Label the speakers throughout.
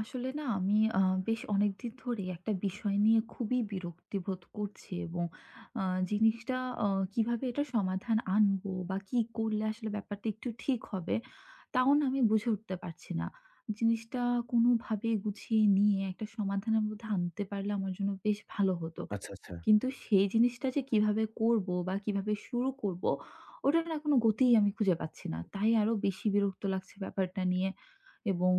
Speaker 1: আসলে না আমি বেশ অনেকদিন ধরেই একটা বিষয় নিয়ে খুবই বিরক্তিবোধ করছি, এবং আ জিনিসটা আ কিভাবে এটা সমাধান আনবো বা কি করলে আসলে ব্যাপারটা একটু ঠিক হবে, তাও না আমি বুঝে উঠতে পারছি না। জিনিসটা কোনোভাবে গুছিয়ে নিয়ে একটা সমাধানের মধ্যে আনতে পারলে আমার জন্য বেশ ভালো হতো।
Speaker 2: আচ্ছা, আচ্ছা।
Speaker 1: কিন্তু সেই জিনিসটা যে কিভাবে করবো বা কিভাবে শুরু করবো, ওটার না কোনো গতিই আমি খুঁজে পাচ্ছি না। তাই আরো বেশি বিরক্ত লাগছে ব্যাপারটা নিয়ে, এবং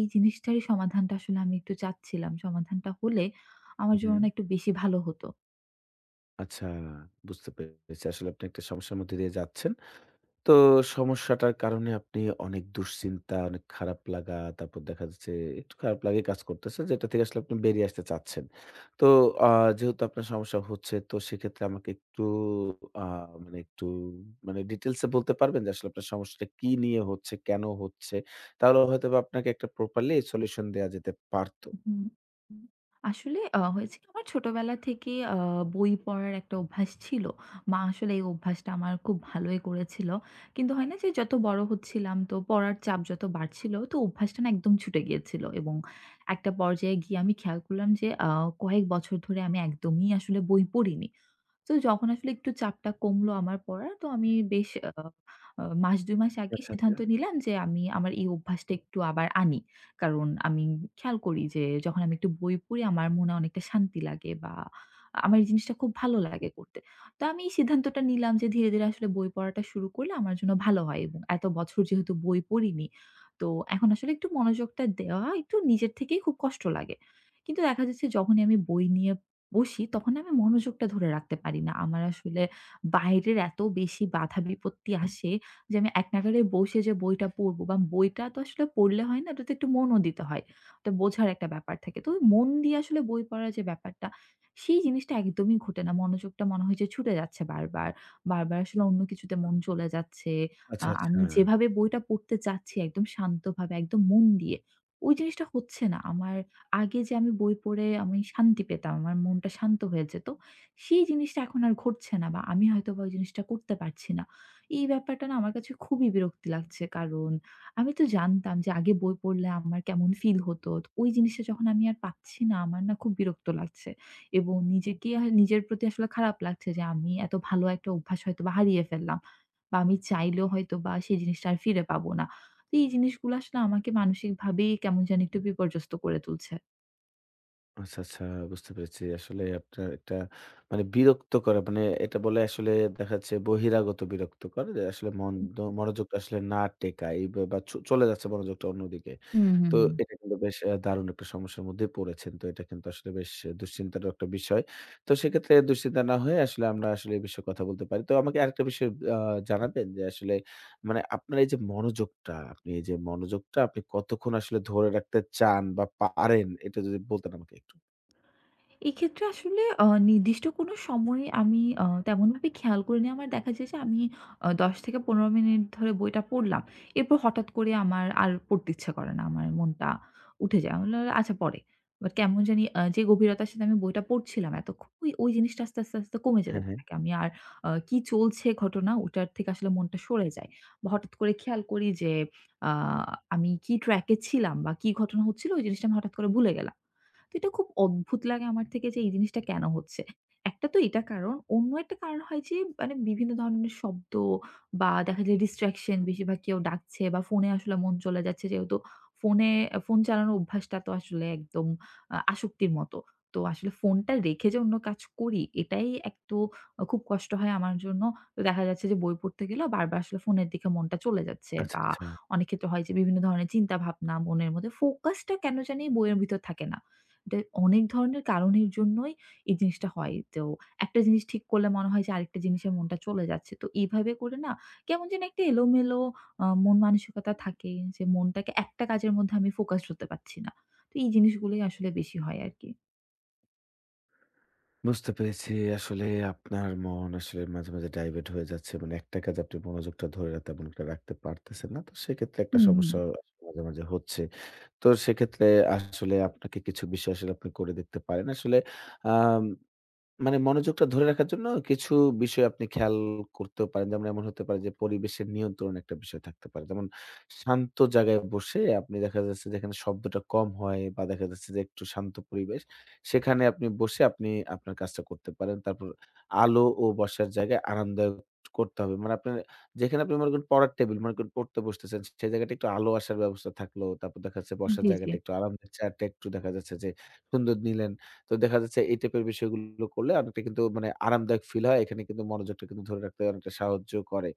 Speaker 1: এই জিনিসটারই সমাধানটা আসলে আমি একটু চাচ্ছিলাম। সমাধানটা হলে
Speaker 2: হু,
Speaker 1: আমার
Speaker 2: হু।
Speaker 1: জন্য না একটু বেশি ভালো হতো।
Speaker 2: আচ্ছা, বুঝতে পেরেছি। আসলে আপনি একটা সমস্যার মধ্যে দিয়ে যাচ্ছেন। তো সমস্যাটার কারণে আপনি অনেক দুশ্চিন্তা, অনেক খারাপ লাগা, তারপর দেখা যাচ্ছে একটু খারাপ লাগাই কাজ করতেছে, যেটা থেকে আসলে আপনি বেরিয়ে আসতে চাচ্ছেন। তো আ যেহেতু আপনার সমস্যা হচ্ছে, তো সেক্ষেত্রে আমাকে একটু আ মানে একটু মানে ডিটেইলস এ বলতে পারবেন যে আসলে আপনার সমস্যাটা কি নিয়ে হচ্ছে, কেন হচ্ছে? তাহলে হয়তোবা আপনাকে একটা প্রপারলি সলিউশন দেয়া যেতে পারত।
Speaker 1: হুম, হুম। আসলে হয়েছে কি, আমার ছোটবেলা থেকে বই পড়ার একটা অভ্যাস ছিল। মা আসলে এই অভ্যাসটা আমার খুব ভালোই করেছিল। কিন্তু হয় না যে যত বড় হচ্ছিলাম, তো পড়ার চাপ যত বাড়ছিল, তো অভ্যাসটা না একদম ছুটে গিয়েছিল, এবং একটা পর্যায়ে গিয়ে আমি খেয়াল করলাম যে কয়েক বছর ধরে আমি একদমই আসলে বই পড়িনি। তো যখন আসলে একটু চাপটা কমলো আমার পড়ার, তো আমি বেশ আ আ মাস ২ মাস আগে
Speaker 2: আচ্ছা, আচ্ছা।
Speaker 1: সিদ্ধান্ত নিলাম যে আমি আমার এই অভ্যাসটা একটু আবার আনি। কারণ আমি খেয়াল করি যে যখন আমি একটু বই পড়ি আমার মনে অনেকটা শান্তি লাগে, বা আমার এই জিনিসটা খুব ভালো লাগে করতে। তো আমি এই সিদ্ধান্তটা নিলাম যে ধীরে, ধীরে আসলে বই পড়াটা শুরু করলে আমার জন্য ভালো হয়, এবং এত বছর যেহেতু বই পড়িনি, তো এখন আসলে একটু মনোযোগটা দেওয়া একটু নিজের থেকেই খুব কষ্ট লাগে। কিন্তু দেখা যাচ্ছে যখনই আমি বই নিয়ে বসি, তখন না আমি মনোযোগটা ধরে রাখতে পারি না। আমার আসলে বাইরের এত বেশি বাধা বিপত্তি আসে যে আমি এক নাগাড়ে বসে যে বইটা পড়ব, বা বইটা তো আসলে পড়লে হয় না, ওটাতে একটু মনও দিতে হয়। ওটা বোঝার একটা ব্যাপার থাকে। তো ওই মন দিয়ে আসলে বই পড়ার যে ব্যাপারটা, সেই জিনিসটা একদমই ঘটে না। মনোযোগটা মনে হয় যে ছুটে যাচ্ছে বারবার। বারবার আসলে অন্য কিছুতে মন চলে যাচ্ছে।
Speaker 2: আচ্ছা, আচ্ছা।
Speaker 1: আমি যেভাবে বইটা পড়তে চাচ্ছি একদম শান্তভাবে, একদম মন দিয়ে, ওই জিনিসটা হচ্ছে না। আমার আগে যে আমি বই পড়ে আমি শান্তি পেতাম, আমার মনটা শান্ত হয়ে যেত। সেই জিনিসটা এখন আর ঘটছে না, বা আমি হয়তোবা ওই জিনিসটা করতে পারছি না। এই ব্যাপারটা না আমার কাছে খুবই বিরক্তি লাগছে। কারণ আমি তো জানতাম যে আগে বই পড়লে আমার কেমন ফিল হতো। তো ওই জিনিসটা যখন আমি আর পাচ্ছি না, আমার না খুব বিরক্ত লাগছে। এবং নিজেকে আ নিজের প্রতি আসলে খারাপ লাগছে যে আমি এত ভালো একটা অভ্যাস হয়তোবা হারিয়ে ফেললাম। বা আমি চাইলেও হয়তোবা সেই জিনিসটা আর ফিরে পাবো না। তো এই জিনিসগুলো আসলে আমাকে মানসিকভাবেই কেমন জানি একটু বিপর্যস্ত করে তুলছে।
Speaker 2: আচ্ছা, আচ্ছা, বুঝতে পেরেছি। আসলে আপনার একটা মানে বিরক্তকর মানে এটা বলে আসলে দেখা যাচ্ছে বহিরাগত বিরক্তকর। যে আসলে মন দ মনোযোগটা আসলে না টেকায় বা বা চ চলে যাচ্ছে মনোযোগটা অন্যদিকে।
Speaker 1: হুম, হুম,
Speaker 2: তো এটা
Speaker 1: হুম।
Speaker 2: কিন্তু বেশ দারুণ একটা সমস্যার মধ্যেই পড়েছেন। তো এটা কিন্তু আসলে বেশ দুশ্চিন্তারও একটা বিষয়। তো সেক্ষেত্রে দুশ্চিন্তা না হয়ে আসলে আমরা আসলে এই বিষয়ে কথা বলতে পারি। তো আমাকে আরেকটা বিষয় আ জানাবেন যে আসলে মানে আপনার এই যে মনোযোগটা, আপনি এই যে মনোযোগটা আপনি কতক্ষণ আসলে ধরে রাখতে চান বা পারেন এটা যদি বলতেন আমাকে একটু?
Speaker 1: এক্ষেত্রে আসলে নির্দিষ্ট কোনো সময়ে আমি তেমনভাবে খেয়াল করিনি। আমার দেখা যায় যে আমি ১০ থেকে ১৫ মিনিট ধরে বইটা পড়লাম। এরপর হঠাৎ করে আমার আর পড়তে ইচ্ছা করে না। আমার মনটা উঠে যায়। আমি বললাম, "আচ্ছা পরে।" বাট কেমন জানি যে গভীরতার সাথে আমি বইটা পড়ছিলাম এতক্ষণ, ওই ওই জিনিসটা আস্তে, আস্তে, আস্তে কমে যেতে
Speaker 2: হ্যাঁ, হ্যাঁ।
Speaker 1: থাকে। আমি আর কি চলছে ঘটনা, ওটার থেকে আসলে মনটা সরে যায়। বা হঠাৎ করে খেয়াল করি যে আ আমি কি ট্র্যাকে ছিলাম বা কি ঘটনা হচ্ছিল, ওই জিনিসটা আমি হঠাৎ করে ভুলে গেলাম। তো এটা খুব অদ্ভুত লাগে আমার থেকে যে এই জিনিসটা কেন হচ্ছে? একটা তো এটা কারণ, অন্য একটা কারণ হয় যে, মানে, বিভিন্ন ধরনের শব্দ বা দেখা যায় distraction, বেশিরভাগ কেউ ডাকছে বা ফোনে আসলে মন চলে যাচ্ছে, যেহেতু ফোনে ফোন চালানোর অভ্যাসটা তো আসলে একদম আসক্তির মতো। তো আসলে ফোনটা রেখে যে অন্য কাজ করি, এটাই এক তো খুব কষ্ট হয় আমার জন্য। তো দেখা যাচ্ছে যে বই পড়তে গেলেও বারবার আসলে ফোনের দিকে মনটা চলে যাচ্ছে,
Speaker 2: আচ্ছা,
Speaker 1: বা
Speaker 2: আচ্ছা।
Speaker 1: অনেক ক্ষেত্রে হয় যে বিভিন্ন ধরনের চিন্তা ভাবনা মনের মধ্যে ফোকাসটা কেন জানি বইয়ের ভিতর থাকে না। এটা অনেক ধরনের কারণের জন্যই এই জিনিসটা হয়। তো একটা জিনিস ঠিক করলে মনে হয় যে আরেকটা জিনিসে মনটা চলে যাচ্ছে। তো এভাবে করে না, কেমন যেন একটা এলোমেলো মন মানসিকতা থাকে যে মনটাকে একটা কাজের মধ্যে আমি ফোকাসড হতে পারছি না। তো এই জিনিসগুলোই আসলে বেশি হয় আরকি।
Speaker 2: বুঝতে পেরেছি, আসলে আপনার মন আসলে মাঝে, মাঝে ডাইভার্ট হয়ে যাচ্ছে। মানে একটা কাজে আপনি মনোযোগটা ধরে রা তেমন একটা রাখতে পারতেছেন না। তো সেক্ষেত্রে একটা
Speaker 1: হুম, হুম।
Speaker 2: সমস্যা মাঝে, মাঝে হচ্ছে। তো সেক্ষেত্রে আসলে আপনাকে কিছু বিষয় আসলে আপনি করে দেখতে পারেন। আসলে আম মানে মনোযোগটা ধরে রাখার জন্য কিছু বিষয় আপনি খেয়াল করতেও পারেন। যেমন এমন হতে পারে যে পরিবেশের নিয়ন্ত্রণ একটা বিষয় থাকতে পারে। যেমন শান্ত জায়গায় বসে আপনি দেখা যাচ্ছে যেখানে শব্দটা কম হয় বা দেখা যাচ্ছে যে একটু শান্ত পরিবেশ, সেখানে আপনি বসে আপনি আপনার কাজটা করতে পারেন। তারপর আলো ও বসার জায়গায় আরামদায়ক করতে হবে। মানে আপনার যেখানে আপনি মনে করেন পড়ার টেবিল মনে করেন পড়তে বসতেছেন, সেই জায়গাটা একটু আলো আসার ব্যবস্থা থাকলো। তারপর দেখা যাচ্ছে বসার
Speaker 1: জি, জি।
Speaker 2: জায়গাটা একটু আরামদায়ক চেয়ারটা একটু দেখা যাচ্ছে যে সুন্দর নিলেন। তো দেখা যাচ্ছে এই টাইপের বিষয়গুলো করলে অনেকটা কিন্তু মানে আরামদায়ক ফিল হয়। এখানে কিন্তু মনোযোগটা কিন্তু ধরে রাখতে অনেকটা সাহায্য করে।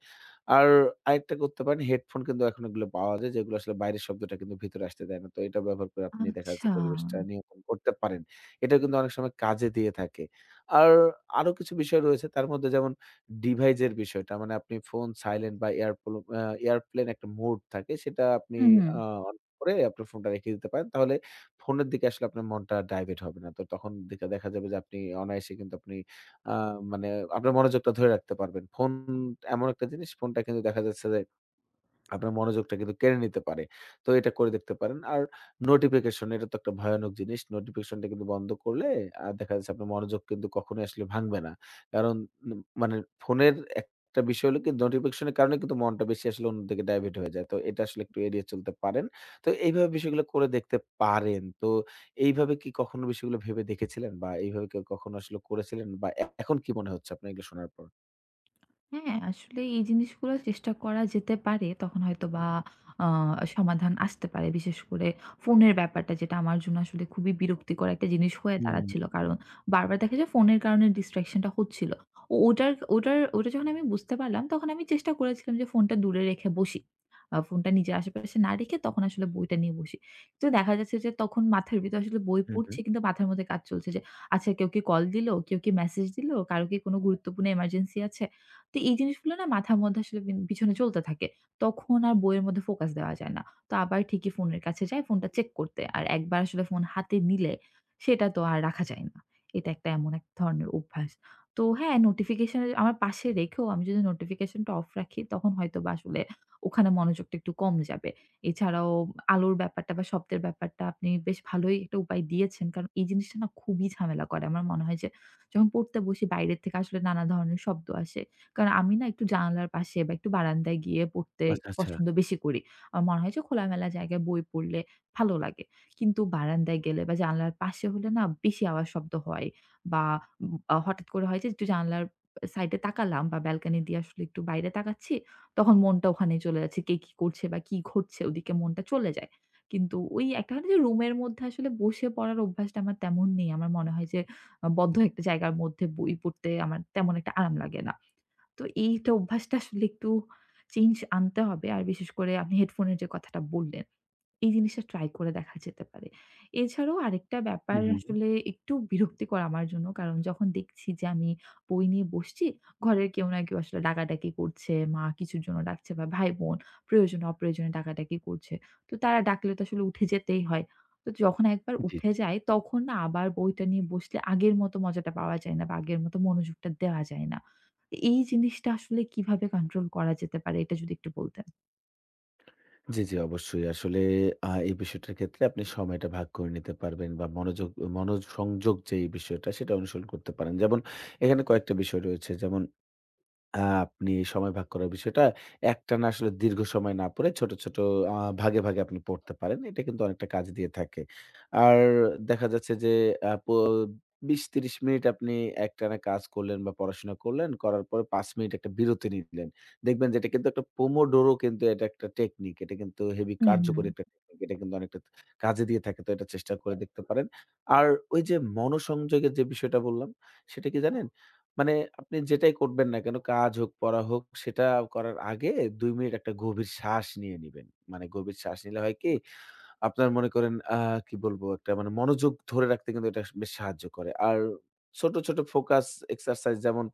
Speaker 2: আর আরেকটা করতে পারেন হেডফোন কিন্তু এখন এগুলো পাওয়া যায় যেগুলো আসলে বাইরের শব্দটা কিন্তু ভিতরে আসতে দেয় না। তো এটা ব্যবহার করে আপনি দেখা যাচ্ছে
Speaker 1: আচ্ছা।
Speaker 2: পরিবেশটা নিয়ন্ত্রণ করতে পারেন। এটা কিন্তু অনেক সময় কাজে দিয়ে থাকে। আর আরো কিছু বিষয় রয়েছে তার মধ্যে যেমন ডিভাইসের বিষয়টা মানে আপনি ফোন সাইলেন্ট বা এয়ারপ্লো আ এয়ারপ্লেন একটা মোড থাকে সেটা আপনি
Speaker 1: হুম, হুম।
Speaker 2: আ অন করে আপনার ফোনটা রেখে দিতে পারেন। তাহলে ফোনের দিকে আসলে আপনার মনটা ডাইভার্ট হবে না। তো তখন দেখা দেখা যাবে যে আপনি অনায়াসে কিন্তু আপনি আ মানে আপনার মনোযোগটা ধরে রাখতে পারবেন। ফোন এমন একটা জিনিস ফোনটা কিন্তু দেখা যাচ্ছে যে আপনার মনোযোগটা কিন্তু কেড়ে নিতে পারে। তো এটা করে দেখতে পারেন। আর নোটিফিকেশন এটা তো একটা ভয়ানক জিনিস। নোটিফিকেশনটা কিন্তু বন্ধ করলে দেখা যাচ্ছে আপনার মনোযোগ কিন্তু কখনোই আসলে ভাঙবে না। কারণ ন মানে ফোনের একটা বিষয় হলো কি নোটিফিকেশন এর কারণে কিন্তু মনটা বেশি আসলে অন্যদিকে ডাইভার্ট হয়ে যায়। তো এটা আসলে একটু এড়িয়ে চলতে পারেন। তো এইভাবে বিষয়গুলো করে দেখতে পারেন। তো এইভাবে কি কখনো বিষয়গুলো ভেবে দেখেছিলেন? বা এইভাবে কেউ কখনো আসলে করেছিলেন? বা এখন কি মনে হচ্ছে আপনার এগুলো শোনার পর?
Speaker 1: হ্যাঁ, আসলে এই জিনিসগুলো চেষ্টা করা যেতে পারে। তখন হয়তোবা আ সমাধান আসতে পারে। বিশেষ করে ফোনের ব্যাপারটা, যেটা আমার জন্য আসলে খুবই বিরক্তিকর একটা জিনিস হয়ে দাঁড়াচ্ছিল।
Speaker 2: হুম,
Speaker 1: কারণ বারবার দেখা যায় ফোনের কারণে distraction টা হচ্ছিল। ও ওটার ওটার ওটা যখন আমি বুঝতে পারলাম, তখন আমি চেষ্টা করেছিলাম যে ফোনটা দূরে রেখে বসি। ফোনটা নিজের আশেপাশে না রেখে তখন আসলে বইটা নিয়ে বসি। তো দেখা যাচ্ছে যে তখন মাথার ভিতরে আসলে বই
Speaker 2: হুম, হুম।
Speaker 1: পড়ছি, কিন্তু মাথার মধ্যে কাজ চলছে যে, আচ্ছা, কেউ কি কল দিলো? কেউ কি মেসেজ দিলো? কারো কি কোনো গুরুত্বপূর্ণ এমার্জেন্সি আছে? তো এই জিনিসগুলো না মাথার মধ্যে আসলে পিন পিছনে চলতে থাকে। তখন আর বইয়ের মধ্যে ফোকাস দেওয়া যায় না। তো আবার ঠিকই ফোনের কাছে যাই ফোনটা চেক করতে। আর একবার আসলে ফোন হাতে নিলে সেটা তো আর রাখা যায় না। এটা একটা এমন এক ধরনের অভ্যাস। তো হ্যাঁ, নোটিফিকেশন এর আমার পাশে রেখেও আমি যদি নোটিফিকেশনটা অফ রাখি, তখন হয়তোবা আসলে ওখানে মনোযোগটা একটু কম যাবে। এছাড়াও আলোর ব্যাপারটা বা শব্দের ব্যাপারটা আপনি বেশ ভালোই একটা উপায় দিয়েছেন। কারণ এই জিনিসটা না খুবই ঝামেলা করে। আমার মনে হয় যে যখন পড়তে বসি বাইরের থেকে আসলে নানা ধরনের শব্দ আসে। কারণ আমি না একটু জানালার পাশে বা একটু বারান্দায় গিয়ে পড়তে
Speaker 2: আচ্ছা,
Speaker 1: একটু
Speaker 2: আচ্ছা।
Speaker 1: পছন্দ বেশি করি। আমার মনে হয় যে খোলামেলা জায়গায় বই পড়লে ভালো লাগে। কিন্তু বারান্দায় গেলে বা জানালার পাশে হলে না বেশি আওয়াজ শব্দ হয়, বা উম আ হঠাৎ করে হয় যে একটু জানালার সাইডে তাকালাম বা ব্যালকনি দিয়ে আসলে একটু বাইরে তাকাচ্ছি, তখন মনটা ওখানেই চলে যাচ্ছে। কে কি করছে বা কি ঘটছে ওদিকে মনটা চলে যায়। কিন্তু ওই একটা হয় না যে রুমের মধ্যে আসলে বসে পড়ার অভ্যাসটা আমার তেমন নেই। আমার মনে হয় যে বদ্ধ একটা জায়গার মধ্যে বই পড়তে আমার তেমন একটা আরাম লাগে না। তো এইটা অভ্যাসটা আসলে একটু চেঞ্জ আনতে হবে। আর বিশেষ করে আপনি হেডফোনের যে কথাটা বললেন, এই জিনিসটা ট্রাই করে দেখা যেতে পারে। এছাড়াও আরেকটা
Speaker 2: হুম,
Speaker 1: ব্যাপার
Speaker 2: হুম, হুম।
Speaker 1: আসলে একটু বিরক্তিকর আমার জন্য। কারণ যখন দেখছি যে আমি বই নিয়ে বসছি, ঘরের কেউ না কেউ আসলে ডাকাডাকি করছে, মা কিছুর জন্য ডাকছে বা ভাই-বোন প্রয়োজনে অপ্রয়োজনে ডাকাডাকি করছে। তো তারা ডাকলে তো আসলে উঠে যেতেই হয়। তো যখন একবার
Speaker 2: জি,
Speaker 1: উঠে
Speaker 2: জি।
Speaker 1: যাই, তখন না আবার বইটা নিয়ে বসলে আগের মতো মজাটা পাওয়া যায় না, বা আগের মতো মনোযোগটা দেওয়া যায় না। এই জিনিসটা আসলে কিভাবে কন্ট্রোল করা যেতে পারে, এটা যদি একটু বলতেন?
Speaker 2: জি, জি, অবশ্যই। আসলে এই বিষয়টার ক্ষেত্রে আপনি সময়টা ভাগ করে নিতে পারবেন বা মনোসংযোগ যে এই বিষয়টা সেটা অনুসরণ করতে পারেন। যেমন এখানে কয়েকটা বিষয় রয়েছে। যেমন আ আপনি সময় ভাগ করার বিষয়টা একটানা আসলে দীর্ঘ সময় না পড়ে ছোট, ছোট আ ভাগে, ভাগে আপনি পড়তে পারেন। এটা কিন্তু অনেকটা কাজ দিয়ে থাকে। আর দেখা যাচ্ছে যে আ প ২০-৩০ মিনিট আপনি একটানা কাজ করলেন বা পড়াশোনা করলেন, করার পরে ৫ মিনিট একটা বিরতি নিলেন। দেখবেন যে এটা কিন্তু একটা পোমোডোরো কিন্তু এটা একটা টেকনিক। এটা কিন্তু হেভি
Speaker 1: হুম, হুম।
Speaker 2: কার্যকরী একটা টেকনিক। এটা কিন্তু অনেকটা কাজে দিয়ে থাকে। তো এটা চেষ্টা করে দেখতে পারেন। আর ওই যে মনোসংযোগের যে বিষয়টা বললাম, সেটা কি জানেন? মানে আপনি যেটাই করবেন না কেন কাজ হোক, পড়া হোক সেটা করার আগে ২ মিনিট একটা গভীর শ্বাস নিয়ে নিবেন। মানে গভীর শ্বাস নিলে হয় কি আপনার মনে করেন কি বলবো? একটা মানে মনোযোগ ধরে রাখতে কিন্তু এটা বেশ সাহায্য করে। আর ছোট, ছোট ফোকাস এক্সারসাইজ যেমন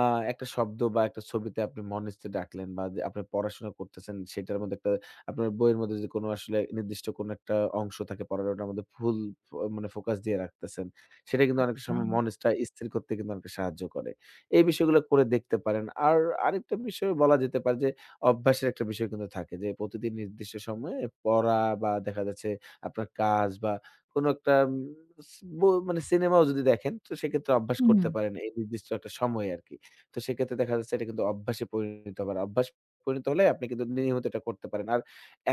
Speaker 2: আ একটা শব্দ বা একটা ছবিতে আপনি মনে স্থির রাখলেন বা যে আপনি পড়াশোনা করতেছেন সেটার মধ্যে একটা আপনার বইয়ের মধ্যে যদি কোনো আসলে নির্দিষ্ট কোনো একটা অংশ থাকে পড়ার ওটার মধ্যে ফুল ফ মানে ফোকাস দিয়ে রাখতেছেন। সেটা কিন্তু অনেক
Speaker 1: আচ্ছা।
Speaker 2: সময় মনটা স্থির করতে কিন্তু অনেকটা সাহায্য করে। এই বিষয়গুলো করে দেখতে পারেন। আর আরেকটা বিষয় বলা যেতে পারে যে অভ্যাসের একটা বিষয় কিন্তু থাকে যে প্রতিদিন নির্দিষ্ট সময়ে পড়া বা দেখা যাচ্ছে আপনার কাজ বা কোনো একটা উম স বো মানে সিনেমাও যদি দেখেন তো সেক্ষেত্রে অভ্যাস
Speaker 1: হুম,
Speaker 2: করতে
Speaker 1: হুম,
Speaker 2: পারেন এই নির্দিষ্ট একটা সময়ে আরকি। তো সেক্ষেত্রে দেখা যাচ্ছে এটা কিন্তু অভ্যাসে পরিণত হবে। আর অভ্যাস পরিণত হলে আপনি কিন্তু নিয়মিত এটা করতে পারেন। আর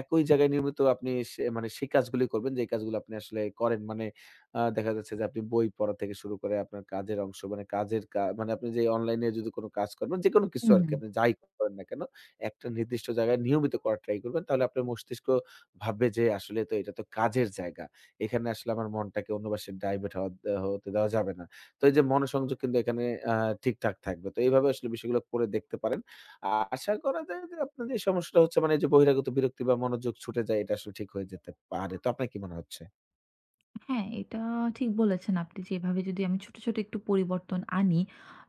Speaker 2: একই জায়গায় নিয়মিত আপনি সে মানে সেই কাজগুলি করবেন যেই কাজগুলো আপনি আসলে করেন। মানে দেখা যাচ্ছে যে আপনি বই পড়া থেকে শুরু করে আপনার কাজের অংশ মানে কাজের কা মানে আপনি যে অনলাইনে যদি কোনো কাজ করবেন যেকোনো কিছু
Speaker 1: হুম,
Speaker 2: আরকি
Speaker 1: হুম।
Speaker 2: আপনি যাই করেন না কেন একটা নির্দিষ্ট জায়গায় নিয়মিত করার ট্রাই করবেন। তাহলে আপনার মস্তিষ্ক ভাববে যে আসলে তো এটা তো কাজের জায়গা। এখানে আসলে আমার মনটাকে অন্য পাশে ডাইভার্ট হওয়া দে হতে দেওয়া যাবে না। তো এই যে মনোসংযোগ কিন্তু এখানে আ ঠিকঠাক থাকবে। তো এইভাবে আসলে বিষয়গুলো করে দেখতে পারেন। আ আশা করা যায় যে আপনার যে সমস্যাটা হচ্ছে মানে এই যে বহিরাগত বিরক্তি বা মনোযোগ ছুটে যায় এটা আসলে ঠিক হয়ে যেতে পারে। তো আপনার কি মনে হচ্ছে?
Speaker 1: হ্যাঁ, এটা ঠিক বলেছেন আপনি, যে এভাবে যদি আমি ছোট, ছোট একটু পরিবর্তন আনি,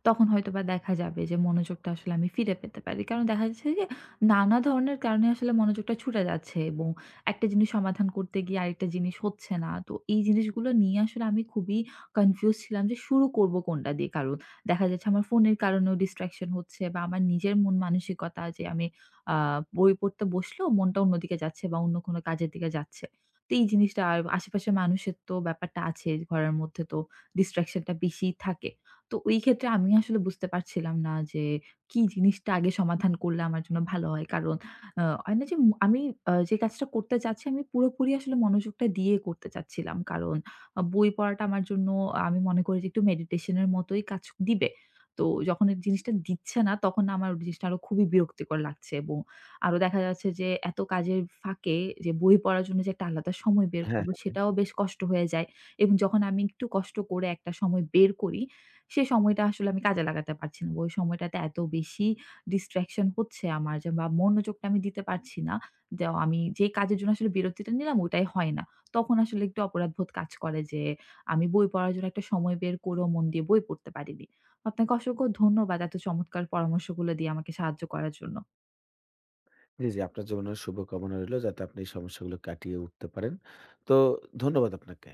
Speaker 1: তখন হয়তোবা দেখা যাবে যে মনোযোগটা আসলে আমি ফিরে পেতে পারি। কারণ দেখা যাচ্ছে যে নানা ধরনের কারণে আসলে মনোযোগটা ছুটে যাচ্ছে, এবং একটা জিনিস সমাধান করতে গিয়ে আরেকটা জিনিস হচ্ছে না। তো এই জিনিসগুলো নিয়ে আসলে আমি খুবই কনফিউজ ছিলাম যে শুরু করব কোনটা দিয়ে। কারণ দেখা যাচ্ছে আমার ফোনের কারণেও ডিস্ট্রাকশন হচ্ছে, বা আমার নিজের মন মানসিকতা যে আমি আ বই পড়তে বসলেও মনটা অন্যদিকে যাচ্ছে, বা অন্য কোনো কাজের দিকে যাচ্ছে। তো এই জিনিসটা আর আশেপাশের মানুষের তো ব্যাপারটা আছে, ঘরের মধ্যে তো ডিসট্রাকশন টা বেশিই থাকে। তো ওই ক্ষেত্রে আমি আসলে বুঝতে পারছিলাম না যে কি জিনিসটা আগে সমাধান করলে আমার জন্য ভালো হয়। কারণ হয় না যে আমি যে কাজটা করতে চাচ্ছি আমি পুরোপুরি আসলে মনোযোগটা দিয়ে করতে চাচ্ছিলাম। কারণ বই পড়াটা আমার জন্য আমি মনে করি যে একটু মেডিটেশন এর মতোই কাজ দিবে। তো যখন এই জিনিসটা দিচ্ছে না তখন আমার ওই জিনিসটা আরো খুবই বিরক্তিকর লাগছে, এবং আরো দেখা যাচ্ছে যে এত কাজের ফাঁকে যে বই পড়ার জন্য যে একটা আলাদা সময় বের
Speaker 2: হ্যাঁ,
Speaker 1: করব
Speaker 2: হ্যাঁ।
Speaker 1: সেটাও বেশ কষ্ট হয়ে যায়, এবং যখন আমি একটু কষ্ট করে একটা সময় বের করি, সে সময়টা আসলে আমি কাজে লাগাতে পারছি না। ওই সময়টাতে এত বেশি distraction হচ্ছে আমার, যে বা মনোযোগটা আমি দিতে পারছি না। যে আমি যে কাজের জন্য আসলে বিরতিটা নিলাম ওটাই হয় না। তখন আসলে একটু অপরাধবোধ কাজ করে যে আমি বই পড়ার জন্য একটা সময় বের করেও মন দিয়ে বই পড়তে পারিনি। আপনাকে অসংখ্য ধন্যবাদ এত চমৎকার পরামর্শগুলো দিয়ে আমাকে সাহায্য করার জন্য।
Speaker 2: জি, জি। আপনার জীবনের শুভকামনা রইলো যাতে আপনি এই সমস্যাগুলো কাটিয়ে উঠতে পারেন। তো ধন্যবাদ আপনাকে।